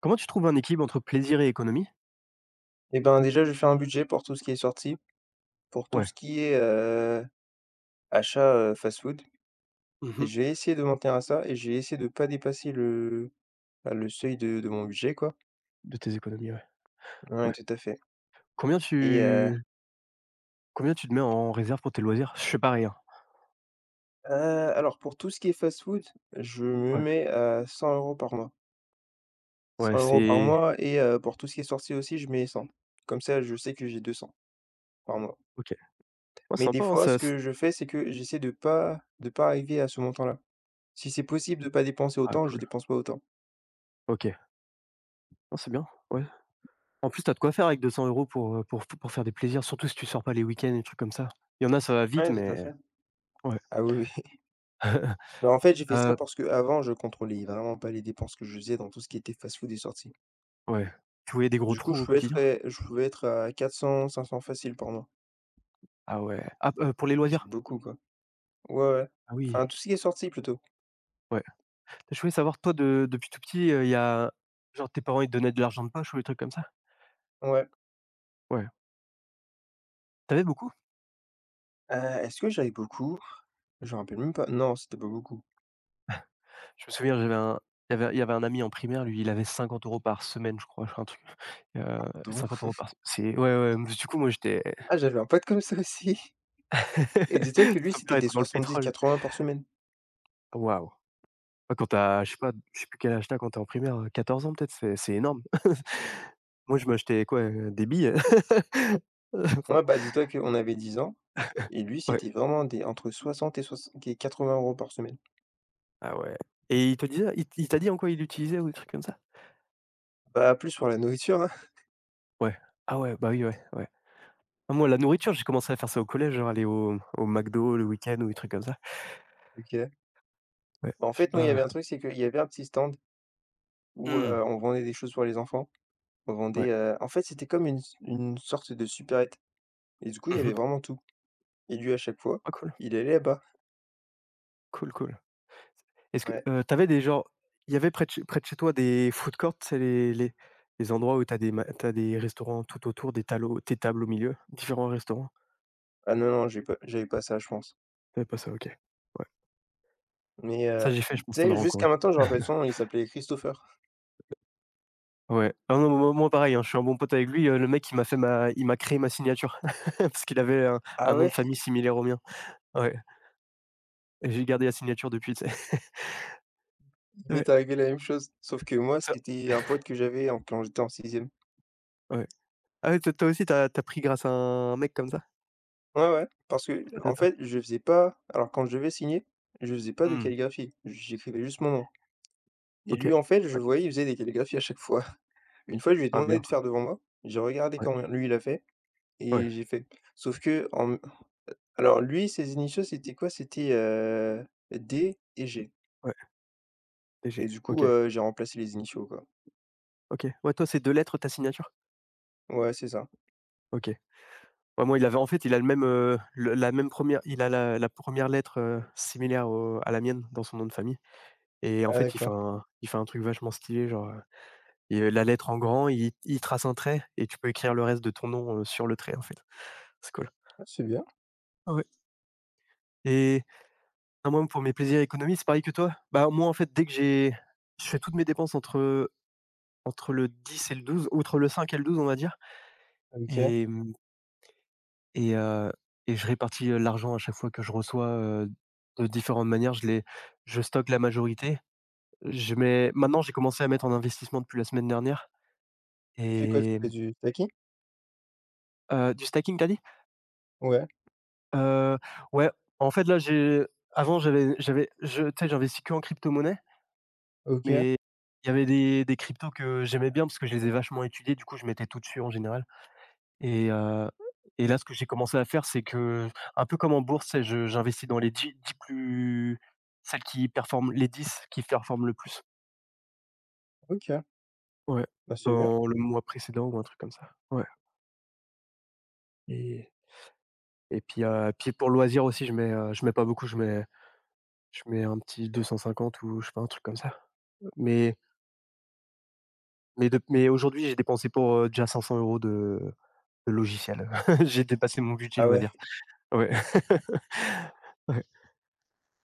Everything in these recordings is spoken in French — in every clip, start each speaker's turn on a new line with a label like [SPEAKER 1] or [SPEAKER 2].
[SPEAKER 1] Comment tu trouves un équilibre entre plaisir et économie?
[SPEAKER 2] Eh ben, déjà, je fais un budget pour tout ce qui est sorti, pour tout
[SPEAKER 1] Ouais.
[SPEAKER 2] ce qui est, achat, fast-food et
[SPEAKER 1] Mmh.
[SPEAKER 2] je vais essayer de m'en tenir à ça et je vais essayer de pas dépasser le, bah, le seuil de mon budget, quoi.
[SPEAKER 1] De tes économies, ouais.
[SPEAKER 2] Ouais,
[SPEAKER 1] Ouais.
[SPEAKER 2] tout à fait
[SPEAKER 1] Combien
[SPEAKER 2] et
[SPEAKER 1] tu combien tu te mets en réserve pour tes loisirs? Je fais pas rien.
[SPEAKER 2] heu, alors pour tout ce qui est fast-food, je me
[SPEAKER 1] Ouais.
[SPEAKER 2] mets à 100 € par mois.
[SPEAKER 1] Ouais,
[SPEAKER 2] 100 € par
[SPEAKER 1] c'est
[SPEAKER 2] mois pour tout ce qui est sorti aussi, je mets 100. Comme ça, je sais que j'ai 200 par mois
[SPEAKER 1] OK. Ouais,
[SPEAKER 2] mais des
[SPEAKER 1] sympa, hein,
[SPEAKER 2] fois,
[SPEAKER 1] ça
[SPEAKER 2] ce
[SPEAKER 1] s
[SPEAKER 2] que je fais, c'est que j'essaie de pas arriver à ce montant-là. Si c'est possible de pas dépenser
[SPEAKER 1] Ah
[SPEAKER 2] autant, je
[SPEAKER 1] cool.
[SPEAKER 2] dépense pas autant.
[SPEAKER 1] OK. Non, c'est bien, ouais. En plus, t'as de quoi faire avec 200 € pour, faire des plaisirs, surtout si tu sors pas les week-ends, et des trucs comme ça. Il y en a, ça va vite,
[SPEAKER 2] Ouais, tout à
[SPEAKER 1] mais.
[SPEAKER 2] fait.
[SPEAKER 1] Ouais.
[SPEAKER 2] Ah oui, oui. Bah, en fait, j'ai fait ça
[SPEAKER 1] Heu,
[SPEAKER 2] parce que avant je contrôlais vraiment pas les dépenses que je faisais dans tout ce qui était fast-food et sorties.
[SPEAKER 1] ouais. Tu voyais des gros
[SPEAKER 2] Du coup,
[SPEAKER 1] trous
[SPEAKER 2] je
[SPEAKER 1] au
[SPEAKER 2] pouvais être,
[SPEAKER 1] quotidien?
[SPEAKER 2] eh, je pouvais être à 400-500 facile par mois.
[SPEAKER 1] Ah ouais. Ah, pour les
[SPEAKER 2] Il fait
[SPEAKER 1] loisirs?
[SPEAKER 2] beaucoup, quoi. Ouais, ouais.
[SPEAKER 1] Ah oui,
[SPEAKER 2] Enfin, tout ce qui est sorties plutôt.
[SPEAKER 1] ouais. Je voulais savoir, toi, de depuis tout petit, il y a genre, tes parents, ils te donnaient de l'argent de poche ou des trucs comme ça?
[SPEAKER 2] Ouais.
[SPEAKER 1] Ouais. T'avais beaucoup?
[SPEAKER 2] Heu, Est-ce que j'avais beaucoup? Je me rappelle même pas. Non, c'était pas beaucoup.
[SPEAKER 1] Je me souviens, j'avais un il y avait un ami en primaire, lui, il avait 50 € par semaine, je crois, un truc, heu,
[SPEAKER 2] Donc
[SPEAKER 1] 50 € par s c'est ouais, ouais, mais du coup, moi, j'étais.
[SPEAKER 2] Ah, j'avais un pote comme ça aussi et dis-toi que lui,
[SPEAKER 1] Son
[SPEAKER 2] c'était
[SPEAKER 1] père
[SPEAKER 2] des
[SPEAKER 1] était dans le
[SPEAKER 2] 70,
[SPEAKER 1] pétrole.
[SPEAKER 2] 80 par semaine.
[SPEAKER 1] Waouh! Bah, quand tu je sais pas, je sais plus quel âge t'as quand t'es en primaire, 14 ans peut-être, c'est énorme. Moi, je m'achetais quoi, des billes. Enfin,
[SPEAKER 2] Ouais, bah, dis-toi qu'on avait 10 ans et lui,
[SPEAKER 1] ouais.
[SPEAKER 2] c'était vraiment des entre soixante et 80 € par semaine.
[SPEAKER 1] Ah ouais, et il te disait il t- il t'a dit en quoi il l'utilisait ou des trucs comme ça?
[SPEAKER 2] Bah, plus pour la nourriture, hein.
[SPEAKER 1] Ouais. Ah ouais, bah, oui, ouais, ouais. Ah moi, la nourriture, j'ai commencé à faire ça au collège, genre aller au McDo le week-end ou des trucs comme ça.
[SPEAKER 2] OK.
[SPEAKER 1] Ouais,
[SPEAKER 2] Bah, en
[SPEAKER 1] je sais
[SPEAKER 2] fait, nous, il y avait
[SPEAKER 1] pas.
[SPEAKER 2] un truc, c'est qu'il y avait un petit stand où,
[SPEAKER 1] Mmh.
[SPEAKER 2] on vendait des choses pour les enfants. On
[SPEAKER 1] Ouais.
[SPEAKER 2] vendait en fait, c'était comme une sorte de supérette et du coup, il y
[SPEAKER 1] Mmh
[SPEAKER 2] avait
[SPEAKER 1] mh.
[SPEAKER 2] vraiment tout. Et lui, à chaque fois,
[SPEAKER 1] Ah cool,
[SPEAKER 2] il allait là-bas.
[SPEAKER 1] cool, cool. Est-ce que,
[SPEAKER 2] Ouais.
[SPEAKER 1] tu avais des genre il y avait près de chez toi des food courts, tu sais les endroits où tu as des restaurants tout autour, des tables au milieu, différents restaurants?
[SPEAKER 2] Ah non, non, j'avais pas ça, je pense.
[SPEAKER 1] Il y avait pas ça, OK. Ouais.
[SPEAKER 2] Mais,
[SPEAKER 1] Ça j'ai fait, je
[SPEAKER 2] tu
[SPEAKER 1] pense tu en
[SPEAKER 2] sais,
[SPEAKER 1] auras en
[SPEAKER 2] jusqu'à
[SPEAKER 1] Corée.
[SPEAKER 2] maintenant, je me rappelle son nom, il s'appelait Christopher.
[SPEAKER 1] Ouais. Ah non, moi pareil, hein, je suis un bon pote avec lui, le mec il m'a créé ma signature parce qu'il avait un
[SPEAKER 2] Ah
[SPEAKER 1] un nom
[SPEAKER 2] ouais?
[SPEAKER 1] de famille similaire au mien. Ouais, et j'ai gardé la signature depuis, tu sais?
[SPEAKER 2] Il
[SPEAKER 1] Ouais.
[SPEAKER 2] m'est arrivé la même chose, sauf que moi,
[SPEAKER 1] Ça
[SPEAKER 2] c'était un pote que j'avais en quand j'étais en sixième.
[SPEAKER 1] Ouais. Ah ouais, toi aussi tu as pris grâce à un mec comme ça?
[SPEAKER 2] Ouais, ouais, parce que
[SPEAKER 1] Pote à
[SPEAKER 2] en
[SPEAKER 1] toi?
[SPEAKER 2] fait, je faisais pas alors quand je devais signer, je faisais pas de
[SPEAKER 1] Mmh.
[SPEAKER 2] calligraphie, j'écrivais juste mon nom. Et
[SPEAKER 1] OK.
[SPEAKER 2] lui, en fait, je
[SPEAKER 1] Ouais.
[SPEAKER 2] le voyais, il faisait des calligraphies à chaque fois. Une fois, je lui ai
[SPEAKER 1] Ah
[SPEAKER 2] demandé
[SPEAKER 1] bien.
[SPEAKER 2] de faire devant moi, j'ai regardé
[SPEAKER 1] Ouais.
[SPEAKER 2] comment lui il a fait
[SPEAKER 1] Ouais.
[SPEAKER 2] et j'ai fait. Sauf que en Alors lui, ses initiaux, c'était quoi? C'était, D et G
[SPEAKER 1] Ouais. T
[SPEAKER 2] et
[SPEAKER 1] G.
[SPEAKER 2] du coup,
[SPEAKER 1] OK.
[SPEAKER 2] j'ai remplacé les initiaux, quoi.
[SPEAKER 1] OK. Ouais, toi, c'est 2 lettres ta signature?
[SPEAKER 2] Ouais, c'est ça.
[SPEAKER 1] OK. Ouais, moi, il avait en fait, il a le même, le la même première. Il a la 1 lettre, similaire au à la mienne dans son nom de famille et en
[SPEAKER 2] Ah
[SPEAKER 1] fait,
[SPEAKER 2] d'accord.
[SPEAKER 1] il fait un truc vachement stylé, genre, il, la lettre en grand, il trace un trait et tu peux écrire le reste de ton nom, sur le trait, en fait. C'est cool.
[SPEAKER 2] Ah c'est bien,
[SPEAKER 1] Ah ouais, et non, moi, pour mes plaisirs économiques, c'est pareil que toi. Bah, moi, en fait, dès que j'ai je fais toutes mes dépenses entre le 10 et le 12. Outre le 5 et le 12, on va dire.
[SPEAKER 2] OK.
[SPEAKER 1] Et mmh et heu et je répartis, l'argent à chaque fois que je reçois, de différentes manières. Je stocke la majorité. Je mets Maintenant, j'ai commencé à mettre en investissement depuis la semaine dernière
[SPEAKER 2] Tu fais quoi? Tu
[SPEAKER 1] et
[SPEAKER 2] fais du Taekki?
[SPEAKER 1] du stacking, tu dit?
[SPEAKER 2] Ouais,
[SPEAKER 1] Heu, ouais, en fait, là, j'ai avant, j'avais j'avais je tu sais, j'investis que en crypto-monnaie,
[SPEAKER 2] OK,
[SPEAKER 1] mais il y avait des cryptos que j'aimais bien parce que je les ai vachement étudiés. Du coup, je mettais tout dessus en général. Et heu et là, ce que j'ai commencé à faire, c'est que, un peu comme en bourse, tu je j'investis dans les dix 10 plus celles qui performent les 10 qui performent le plus.
[SPEAKER 2] OK.
[SPEAKER 1] Ouais,
[SPEAKER 2] Bah, c'est bien.
[SPEAKER 1] dans le mois précédent ou un truc comme ça. Ouais, et et puis pour loisir aussi, je mets pas beaucoup, je mets un petit 250 ou je sais pas, un truc comme ça. Mais mais aujourd'hui, j'ai dépensé pour, déjà 500 € de logiciel. J'ai dépassé mon budget
[SPEAKER 2] Ah ouais,
[SPEAKER 1] loisir. Ouais. Ouais.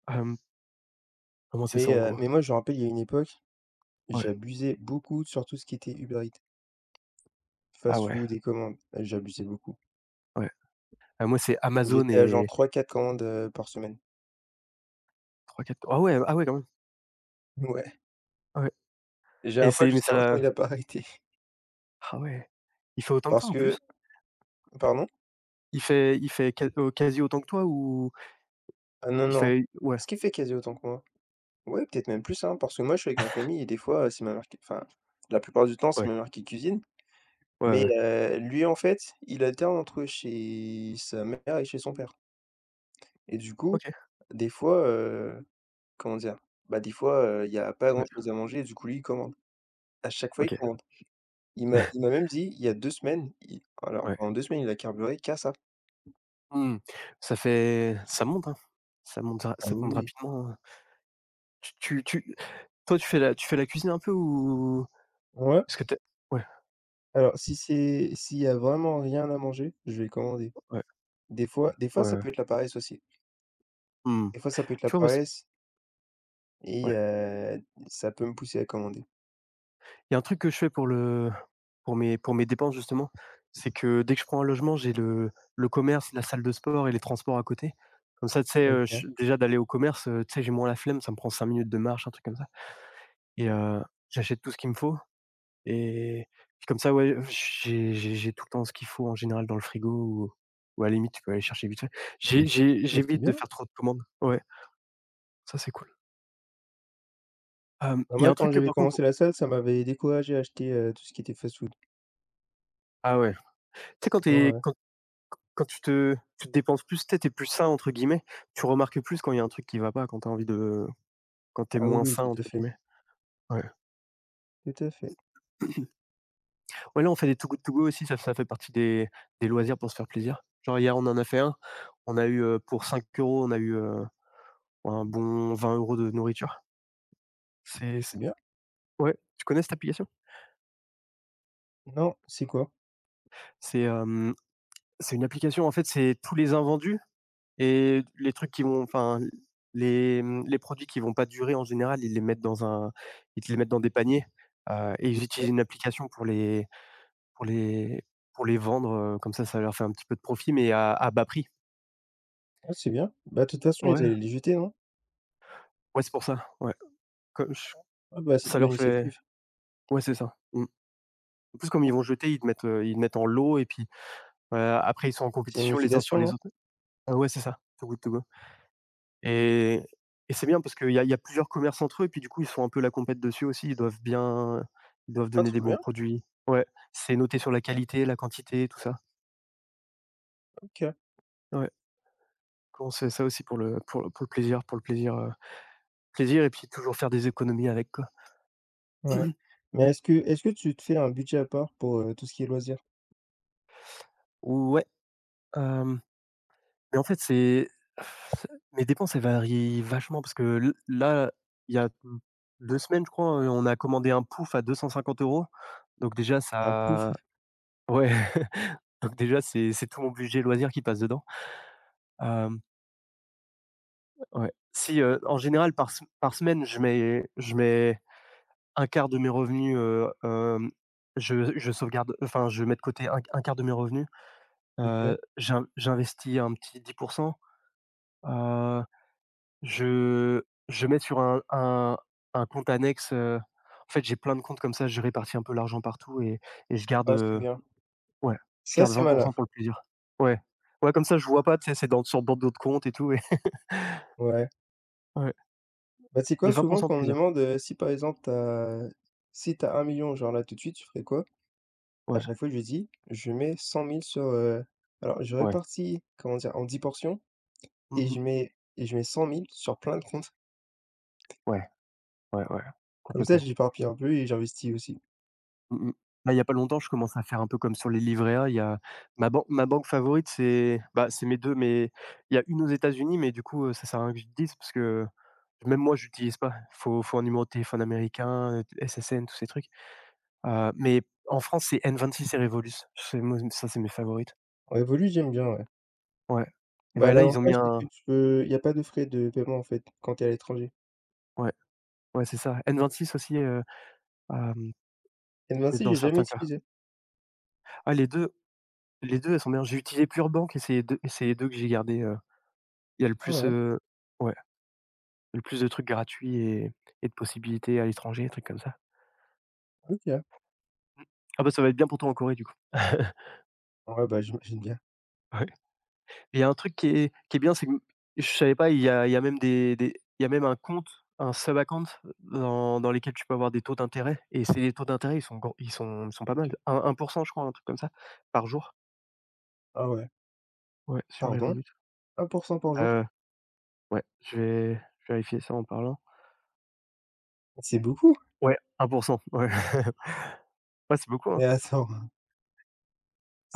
[SPEAKER 1] Hem, Comment c'est
[SPEAKER 2] mais
[SPEAKER 1] ça, en gros?
[SPEAKER 2] moi, je me rappelle, il y a une époque,
[SPEAKER 1] Ouais.
[SPEAKER 2] j'abusais beaucoup sur tout ce qui était Uber Eats,
[SPEAKER 1] Ah ouais.
[SPEAKER 2] fast-food et commandes. J'abusais beaucoup.
[SPEAKER 1] Ouais. Ah moi, c'est Amazon
[SPEAKER 2] J'étais à genre
[SPEAKER 1] et
[SPEAKER 2] 3-4 commandes, par semaine.
[SPEAKER 1] trois quatre. Ah ouais, ah ouais, quand même.
[SPEAKER 2] Ouais,
[SPEAKER 1] Ah ouais,
[SPEAKER 2] j'ai
[SPEAKER 1] et
[SPEAKER 2] un pote
[SPEAKER 1] c'est mais
[SPEAKER 2] jusqu'à maintenant,
[SPEAKER 1] ça
[SPEAKER 2] il a pas arrêté.
[SPEAKER 1] ah ouais. Il fait autant que
[SPEAKER 2] parce
[SPEAKER 1] toi, en plus?
[SPEAKER 2] que Pardon?
[SPEAKER 1] Il fait quasi autant que toi ou
[SPEAKER 2] Ah non,
[SPEAKER 1] il
[SPEAKER 2] non.
[SPEAKER 1] fait ouais,
[SPEAKER 2] Est-ce qu'il fait quasi autant que moi? Ouais, peut-être même plus, hein, parce que moi, je suis avec ma famille et des fois, c'est ma mère qui enfin, la plupart du temps, c'est
[SPEAKER 1] ouais,
[SPEAKER 2] ma mère qui cuisine,
[SPEAKER 1] ouais,
[SPEAKER 2] mais
[SPEAKER 1] ouais.
[SPEAKER 2] lui, en fait, il alterne entre chez sa mère et chez son père et du coup,
[SPEAKER 1] OK,
[SPEAKER 2] des fois, comment dire? Bah, des fois, il y a pas
[SPEAKER 1] ouais,
[SPEAKER 2] grand-chose à manger, du coup, lui, il commande. À chaque fois, il
[SPEAKER 1] OK.
[SPEAKER 2] commande. Il m'a même dit, il y a 2 semaines, il alors
[SPEAKER 1] Ouais.
[SPEAKER 2] en 2 semaines, il a carburé qu'à ça.
[SPEAKER 1] Mmh. Ça monte, hein.
[SPEAKER 2] Ah
[SPEAKER 1] Ça monte
[SPEAKER 2] oui, oui.
[SPEAKER 1] rapidement, hein. Tu tu tu Toi, tu fais la cuisine un peu ou
[SPEAKER 2] Ouais,
[SPEAKER 1] est-ce que tu es ouais,
[SPEAKER 2] alors si c'est s'il y a vraiment rien à manger, je vais commander.
[SPEAKER 1] ouais,
[SPEAKER 2] Des fois,
[SPEAKER 1] ouais,
[SPEAKER 2] ça
[SPEAKER 1] ouais.
[SPEAKER 2] peut être la paresse aussi.
[SPEAKER 1] Mmh.
[SPEAKER 2] Des fois, ça peut être la
[SPEAKER 1] Tu vois, moi, ce
[SPEAKER 2] paresse. Et ça peut me pousser à commander.
[SPEAKER 1] il y a un truc que je fais pour mes dépenses justement, c'est que dès que je prends un logement, j'ai le commerce, la salle de sport et les transports à côté. Comme ça, tu sais,
[SPEAKER 2] OK,
[SPEAKER 1] je déjà d'aller au commerce, tu sais, j'ai moins la flemme, ça me prend 5 minutes de marche, un truc comme ça et j'achète tout ce qu'il me faut et puis comme ça, ouais, j'ai tout le temps ce qu'il faut en général dans le frigo ou à la limite, tu peux aller chercher vite fait.
[SPEAKER 2] bah, c'est
[SPEAKER 1] J'évite de
[SPEAKER 2] bien.
[SPEAKER 1] faire trop de commandes. Ouais, ça c'est cool.
[SPEAKER 2] Bah,
[SPEAKER 1] Il y
[SPEAKER 2] moi,
[SPEAKER 1] a un
[SPEAKER 2] quand
[SPEAKER 1] truc que
[SPEAKER 2] j'avais
[SPEAKER 1] par contre.
[SPEAKER 2] commencé la salle, ça m'avait découragé à acheter, tout ce qui était fast-food.
[SPEAKER 1] Ah ouais, tu sais quand tu
[SPEAKER 2] Ouais,
[SPEAKER 1] es
[SPEAKER 2] ouais.
[SPEAKER 1] quand. Quand tu te dépenses plus, tu es plus «sain» entre guillemets, tu remarques plus quand il y a un truc qui va pas, quand tu as envie de quand tu es
[SPEAKER 2] Ah
[SPEAKER 1] «moins
[SPEAKER 2] oui, oui,
[SPEAKER 1] sain»
[SPEAKER 2] tout
[SPEAKER 1] entre
[SPEAKER 2] à fait,
[SPEAKER 1] guillemets. Ouais.
[SPEAKER 2] tout à fait.
[SPEAKER 1] Ouais, là, on fait des Too Good To Go aussi, ça fait partie des loisirs pour se faire plaisir. Genre hier, on en a fait un, on a eu, pour 5 euros, on a eu, un bon 20 € de nourriture. C'est
[SPEAKER 2] C'est
[SPEAKER 1] c
[SPEAKER 2] bien.
[SPEAKER 1] Ouais, tu connais cette application?
[SPEAKER 2] Non, c'est quoi?
[SPEAKER 1] C'est, hem, c'est une application, en fait, c'est tous les invendus. Et les trucs qui vont Enfin, les produits qui vont pas durer en général, ils te les mettent dans des paniers, et
[SPEAKER 2] Oui.
[SPEAKER 1] ils utilisent une application pour les pour les pour les vendre, comme ça leur fait un petit peu de profit, mais à bas prix.
[SPEAKER 2] Ah, c'est bien. Bah, de toute façon, ils
[SPEAKER 1] Ouais,
[SPEAKER 2] allaient les jeter, non?
[SPEAKER 1] ouais, c'est pour ça, ouais. Comme ch
[SPEAKER 2] Ah, bah, c'est une
[SPEAKER 1] ça
[SPEAKER 2] bonne
[SPEAKER 1] leur fait
[SPEAKER 2] initiative.
[SPEAKER 1] Ouais, c'est ça. Mmh. En plus, comme ils vont jeter, ils te mettent en lot et puis, heu, après ils sont en
[SPEAKER 2] C'est une
[SPEAKER 1] compétition les uns sur
[SPEAKER 2] liquidation,
[SPEAKER 1] les
[SPEAKER 2] non?
[SPEAKER 1] autres. Ah ouais, c'est ça. Too Good To Go. Et et c'est bien parce qu'il y a plusieurs commerces entre eux et puis du coup, ils se font un peu la compète dessus aussi. Ils doivent
[SPEAKER 2] Ah,
[SPEAKER 1] donner des
[SPEAKER 2] trop
[SPEAKER 1] bons
[SPEAKER 2] bien.
[SPEAKER 1] produits. Ouais, c'est noté sur la qualité, la quantité, tout ça.
[SPEAKER 2] OK,
[SPEAKER 1] Ouais, comment c'est ça aussi pour le plaisir et puis toujours faire des économies avec quoi.
[SPEAKER 2] ouais. Mais est-ce que tu te fais un budget à part pour, tout ce qui est loisirs?
[SPEAKER 1] Ouais, hem, mais en fait, c'est mes dépenses, elles varient vachement parce que l là, il y a, 2 semaines, je crois, on a commandé un pouf à 250 €. Donc déjà
[SPEAKER 2] Un plouf?
[SPEAKER 1] ça Ouais. Donc déjà, c'est tout mon budget loisirs qui passe dedans. Hem, ouais. Si, en général par semaine, je mets un quart de mes revenus, je mets de côté un q 1 de mes revenus.
[SPEAKER 2] OK.
[SPEAKER 1] J'investis un petit 10. Heu, je je mets sur un compte annexe, en fait, j'ai plein de comptes comme ça, je répartis un peu l'argent partout et je garde,
[SPEAKER 2] Ah, c'est bien.
[SPEAKER 1] ouais, je
[SPEAKER 2] Ça,
[SPEAKER 1] garde
[SPEAKER 2] c'est
[SPEAKER 1] 20 pour
[SPEAKER 2] malin.
[SPEAKER 1] cent pour le plaisir. Ouais. Ouais, comme ça, je vois pas, tu sais, c'est dans d'autres comptes et tout et
[SPEAKER 2] Ouais.
[SPEAKER 1] ouais.
[SPEAKER 2] Bah, c'est quoi?
[SPEAKER 1] Mais 20
[SPEAKER 2] Souvent, quand on me
[SPEAKER 1] plaisir.
[SPEAKER 2] demande, si par exemple tu si t'as 1 000 000 genre là tout de suite, tu ferais quoi? À
[SPEAKER 1] Ouais,
[SPEAKER 2] chaque fois, je dis: «Je mets 100 000 sur» alors je
[SPEAKER 1] ouais.
[SPEAKER 2] répartis, comment dire? En 10 portions
[SPEAKER 1] Mmh
[SPEAKER 2] et
[SPEAKER 1] mh.
[SPEAKER 2] je mets 100 000 sur plein de comptes.
[SPEAKER 1] Ouais, ouais, ouais,
[SPEAKER 2] Comme ça,
[SPEAKER 1] complètement.
[SPEAKER 2] j'éparpille un peu et j'investis aussi.
[SPEAKER 1] Mmh mh. Là, il y a pas longtemps, je commence à faire un peu comme sur les livrets A. Il y a ma banque favorite, c'est mes 2, mais il y a une aux États-Unis, mais du coup, ça sert à rien que je te dise parce que même moi, j'utilise pas. Faut un numéro de téléphone américain, t SSN, tous ces trucs. Mais en France, c'est N26 et Revolus. C'est moi, ça, c'est mes favorites.
[SPEAKER 2] En Revolut, j'aime bien, ouais.
[SPEAKER 1] Ouais. Et
[SPEAKER 2] Bah,
[SPEAKER 1] bah, là, ils ont
[SPEAKER 2] l'avantage,
[SPEAKER 1] mis
[SPEAKER 2] c'est
[SPEAKER 1] un.
[SPEAKER 2] que tu peux il y a pas de frais de paiement, en fait, quand t'es à l'étranger
[SPEAKER 1] Ouais, ouais, c'est ça. N26 aussi, hem,
[SPEAKER 2] et même
[SPEAKER 1] mais
[SPEAKER 2] ainsi, j'ai
[SPEAKER 1] dans
[SPEAKER 2] jamais
[SPEAKER 1] certains cas.
[SPEAKER 2] utilisé.
[SPEAKER 1] Ah, les 2. Les 2, elles sont bien. J'ai utilisé Purbank et c'est les 2 et c'est les 2 que j'ai gardé, il y a le
[SPEAKER 2] Ah
[SPEAKER 1] plus,
[SPEAKER 2] ouais.
[SPEAKER 1] ouais, le plus de trucs gratuits et de possibilités à l'étranger, des trucs comme ça.
[SPEAKER 2] OK.
[SPEAKER 1] Ah bah, ça va être bien pour toi en Corée, du coup.
[SPEAKER 2] Ouais, bah, j'imagine bien.
[SPEAKER 1] Ouais. Il y a un truc qui est bien, c'est que je savais pas, il y a même des il y a même un compte, un sub account dans lesquels tu peux avoir des taux d'intérêt. Et c'est les taux d'intérêt, ils sont gros, ils sont pas mal. Un pour cent je crois, un truc comme ça, par jour.
[SPEAKER 2] Ah ouais.
[SPEAKER 1] Ouais, sur
[SPEAKER 2] Pardon?
[SPEAKER 1] Revolut.
[SPEAKER 2] Un pour cent par jour?
[SPEAKER 1] Heu, ouais, je vais vérifier ça en parlant.
[SPEAKER 2] C'est beaucoup!
[SPEAKER 1] Ouais, 1, ouais. Ouais, c'est beaucoup,
[SPEAKER 2] Mais
[SPEAKER 1] hein?
[SPEAKER 2] attends,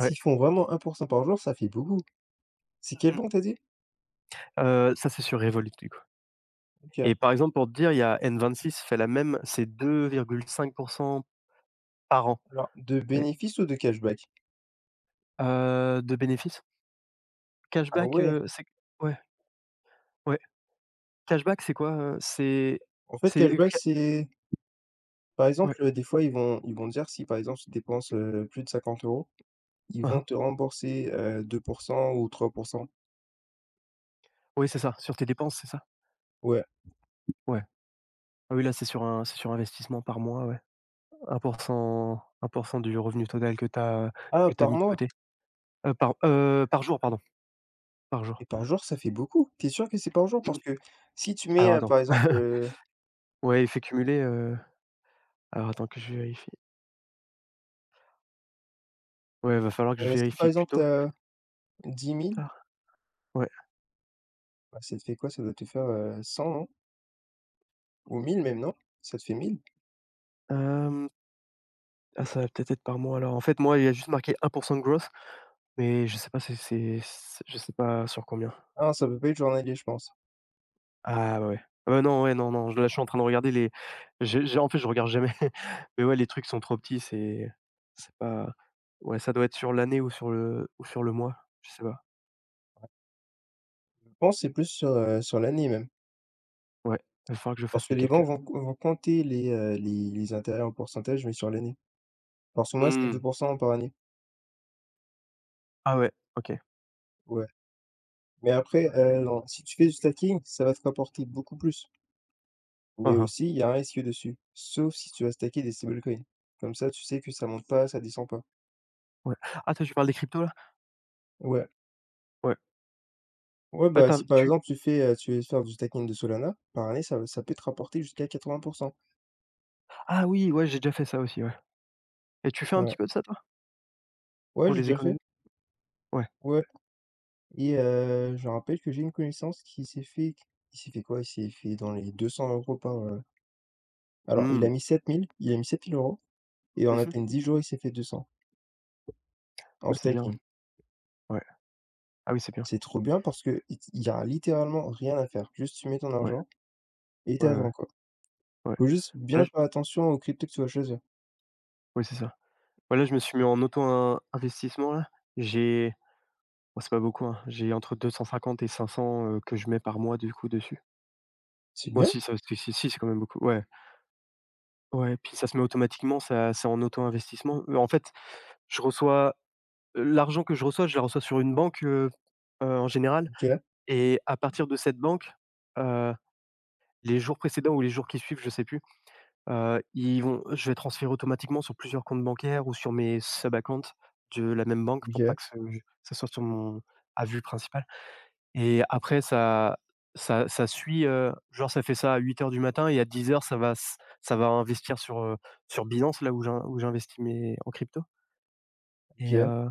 [SPEAKER 1] Ouais.
[SPEAKER 2] font vraiment 1% par jour, ça fait beaucoup. C'est
[SPEAKER 1] Mmh
[SPEAKER 2] quel
[SPEAKER 1] mh.
[SPEAKER 2] banque, t'as dit?
[SPEAKER 1] Ça, c'est sur Revolut, du coup.
[SPEAKER 2] OK.
[SPEAKER 1] Et par exemple, pour te dire, il y a N26 fait la même, c'est 2,5% par an.
[SPEAKER 2] Alors, de
[SPEAKER 1] Ouais,
[SPEAKER 2] bénéfice ou de cashback?
[SPEAKER 1] de bénéfices.
[SPEAKER 2] Ah
[SPEAKER 1] Cashback,
[SPEAKER 2] ouais!
[SPEAKER 1] c'est ouais, ouais. Cashback, c'est quoi? C'est
[SPEAKER 2] En fait,
[SPEAKER 1] c'est
[SPEAKER 2] cashback,
[SPEAKER 1] ca
[SPEAKER 2] c'est par
[SPEAKER 1] ouais,
[SPEAKER 2] exemple, des fois, ils vont dire si, par exemple, tu dépenses, plus de 50 euros, ils
[SPEAKER 1] hein, hein.
[SPEAKER 2] vont te rembourser, 2% ou 3%.
[SPEAKER 1] Oui, c'est ça, sur tes dépenses, c'est ça?
[SPEAKER 2] Ouais.
[SPEAKER 1] Ouais. Ah oui, là, c'est sur investissement par mois, ouais. Un pour cent, du revenu total que tu as
[SPEAKER 2] Ah,
[SPEAKER 1] que t'as
[SPEAKER 2] par
[SPEAKER 1] mis de
[SPEAKER 2] mois?
[SPEAKER 1] côté, par jour, pardon, par jour.
[SPEAKER 2] Et par jour, ça fait beaucoup. T'es sûr que c'est par jour? Parce que si tu mets,
[SPEAKER 1] Alors attends.
[SPEAKER 2] par exemple,
[SPEAKER 1] Ouais, effet cumulé, alors attends que je vérifie. Ouais, va falloir que je
[SPEAKER 2] si, par
[SPEAKER 1] vérifie
[SPEAKER 2] exemple, t'as dix
[SPEAKER 1] plus
[SPEAKER 2] mille.
[SPEAKER 1] tard. Ouais,
[SPEAKER 2] Bah, ça te fait quoi? Ça doit te faire, 100, non? Ou 1000 même, non? Ça te fait 1000?
[SPEAKER 1] hem, ah, ça va peut-être être par mois alors. En fait, moi, il y a juste marqué 1 de growth, mais je sais pas, c'est c'est je sais pas sur combien.
[SPEAKER 2] Ah ça peut pas être journalier, je pense.
[SPEAKER 1] Ah ouais, ouais. Ouais, non, ouais, non, non, là, je suis en train de regarder les j'ai en fait, je regarde jamais, mais ouais, les trucs sont trop petits, c'est pas ouais, ça doit être sur l'année ou sur le mois, je sais pas.
[SPEAKER 2] Je pense que c'est plus sur l'année même.
[SPEAKER 1] Ouais, va falloir que je
[SPEAKER 2] Parce
[SPEAKER 1] fasse
[SPEAKER 2] que
[SPEAKER 1] le
[SPEAKER 2] les banques
[SPEAKER 1] calcul.
[SPEAKER 2] vont compter les intérêts en pourcentage, mais sur l'année. Parce que moi c'est
[SPEAKER 1] Mmh.
[SPEAKER 2] 2 par année.
[SPEAKER 1] Ah ouais, OK.
[SPEAKER 2] Ouais. Mais après, non, si tu fais du stacking, ça va te rapporter beaucoup plus.
[SPEAKER 1] Hein.
[SPEAKER 2] Mais
[SPEAKER 1] Mh.
[SPEAKER 2] aussi, il y a un risque dessus, sauf si tu vas stacker des stablecoins. Comme ça, tu sais que ça monte pas, ça descend pas.
[SPEAKER 1] Ouais. Ah, toi, tu parles des cryptos, là?
[SPEAKER 2] Ouais.
[SPEAKER 1] Ouais.
[SPEAKER 2] Ouais,
[SPEAKER 1] Ouais,
[SPEAKER 2] bah,
[SPEAKER 1] tu as
[SPEAKER 2] si par
[SPEAKER 1] tu
[SPEAKER 2] exemple, tu veux faire du stacking de Solana, par année, ça peut te rapporter jusqu'à 80.
[SPEAKER 1] ah oui, ouais, j'ai déjà fait ça aussi, ouais. Et tu fais un petit
[SPEAKER 2] Ouais.
[SPEAKER 1] peu de ça, toi?
[SPEAKER 2] Ouais,
[SPEAKER 1] Pour
[SPEAKER 2] j'ai
[SPEAKER 1] les
[SPEAKER 2] déjà fait.
[SPEAKER 1] économies? Ouais.
[SPEAKER 2] Ouais et je rappelle que j'ai une connaissance qui s'est fait q il s'est fait quoi? Il s'est fait dans les 200 € alors il a
[SPEAKER 1] Mmh.
[SPEAKER 2] mis sept mille il a mis 7 000 € et en à
[SPEAKER 1] Mmh.
[SPEAKER 2] peine 10 jours, il s'est fait 200 en
[SPEAKER 1] Ah, c'est bien,
[SPEAKER 2] stacking.
[SPEAKER 1] ouais. Ah oui, c'est bien.
[SPEAKER 2] C'est trop bien parce que t il y a littéralement rien à faire. Juste tu mets ton
[SPEAKER 1] Ouais,
[SPEAKER 2] argent et
[SPEAKER 1] ouais, ouais,
[SPEAKER 2] t'attends quoi.
[SPEAKER 1] ouais.
[SPEAKER 2] Faut juste
[SPEAKER 1] Là,
[SPEAKER 2] bien
[SPEAKER 1] j
[SPEAKER 2] faire attention aux cryptos que tu vas choisir.
[SPEAKER 1] Oui, c'est ça. Ouais, là, je me suis mis en auto investissement, là. J'ai Bon, c'est pas beaucoup, hein, j'ai entre 250 et 500, que je mets par mois, du coup, dessus.
[SPEAKER 2] C'est
[SPEAKER 1] Ouais,
[SPEAKER 2] bien,
[SPEAKER 1] si, ça si, si, si, c'est quand même beaucoup, ouais. Ouais, puis ça se met automatiquement, ça c'est en auto investissement. En fait, je reçois l'argent que je reçois, je la reçois sur une banque, en général.
[SPEAKER 2] OK,
[SPEAKER 1] Et à partir de cette banque, euh, les jours précédents ou les jours qui suivent, je sais plus, ils vont je vais transférer automatiquement sur plusieurs comptes bancaires ou sur mes sub accounts de la même banque pour pas
[SPEAKER 2] OK,
[SPEAKER 1] que ce ça soit sur mon à vue principale. Et après ça suit, genre ça fait ça à 8h du matin et à 10h ça va s ça va investir sur, sur Binance là où j'in où j'investis mes en crypto.
[SPEAKER 2] OK,
[SPEAKER 1] et
[SPEAKER 2] ouais,
[SPEAKER 1] heu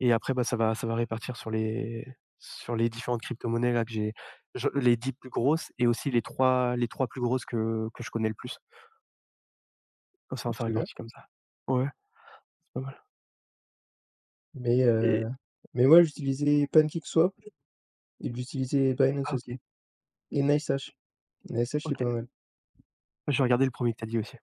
[SPEAKER 1] et après, bah, ça va répartir sur les différentes cryptomonnaies là que j'ai je les 10 plus grosses et aussi les 3 plus grosses que je connais le plus. Oh, c'est un ça
[SPEAKER 2] c'est bien,
[SPEAKER 1] réparti comme ça. Ouais, c'est pas mal
[SPEAKER 2] mais
[SPEAKER 1] et
[SPEAKER 2] moi j'utilisais PancakeSwap et j'utilisais Binance
[SPEAKER 1] OK,
[SPEAKER 2] aussi et NiceHash. NiceHash, c'est
[SPEAKER 1] OK.
[SPEAKER 2] pas mal.
[SPEAKER 1] Je vais regarder le premier que tu as dit aussi.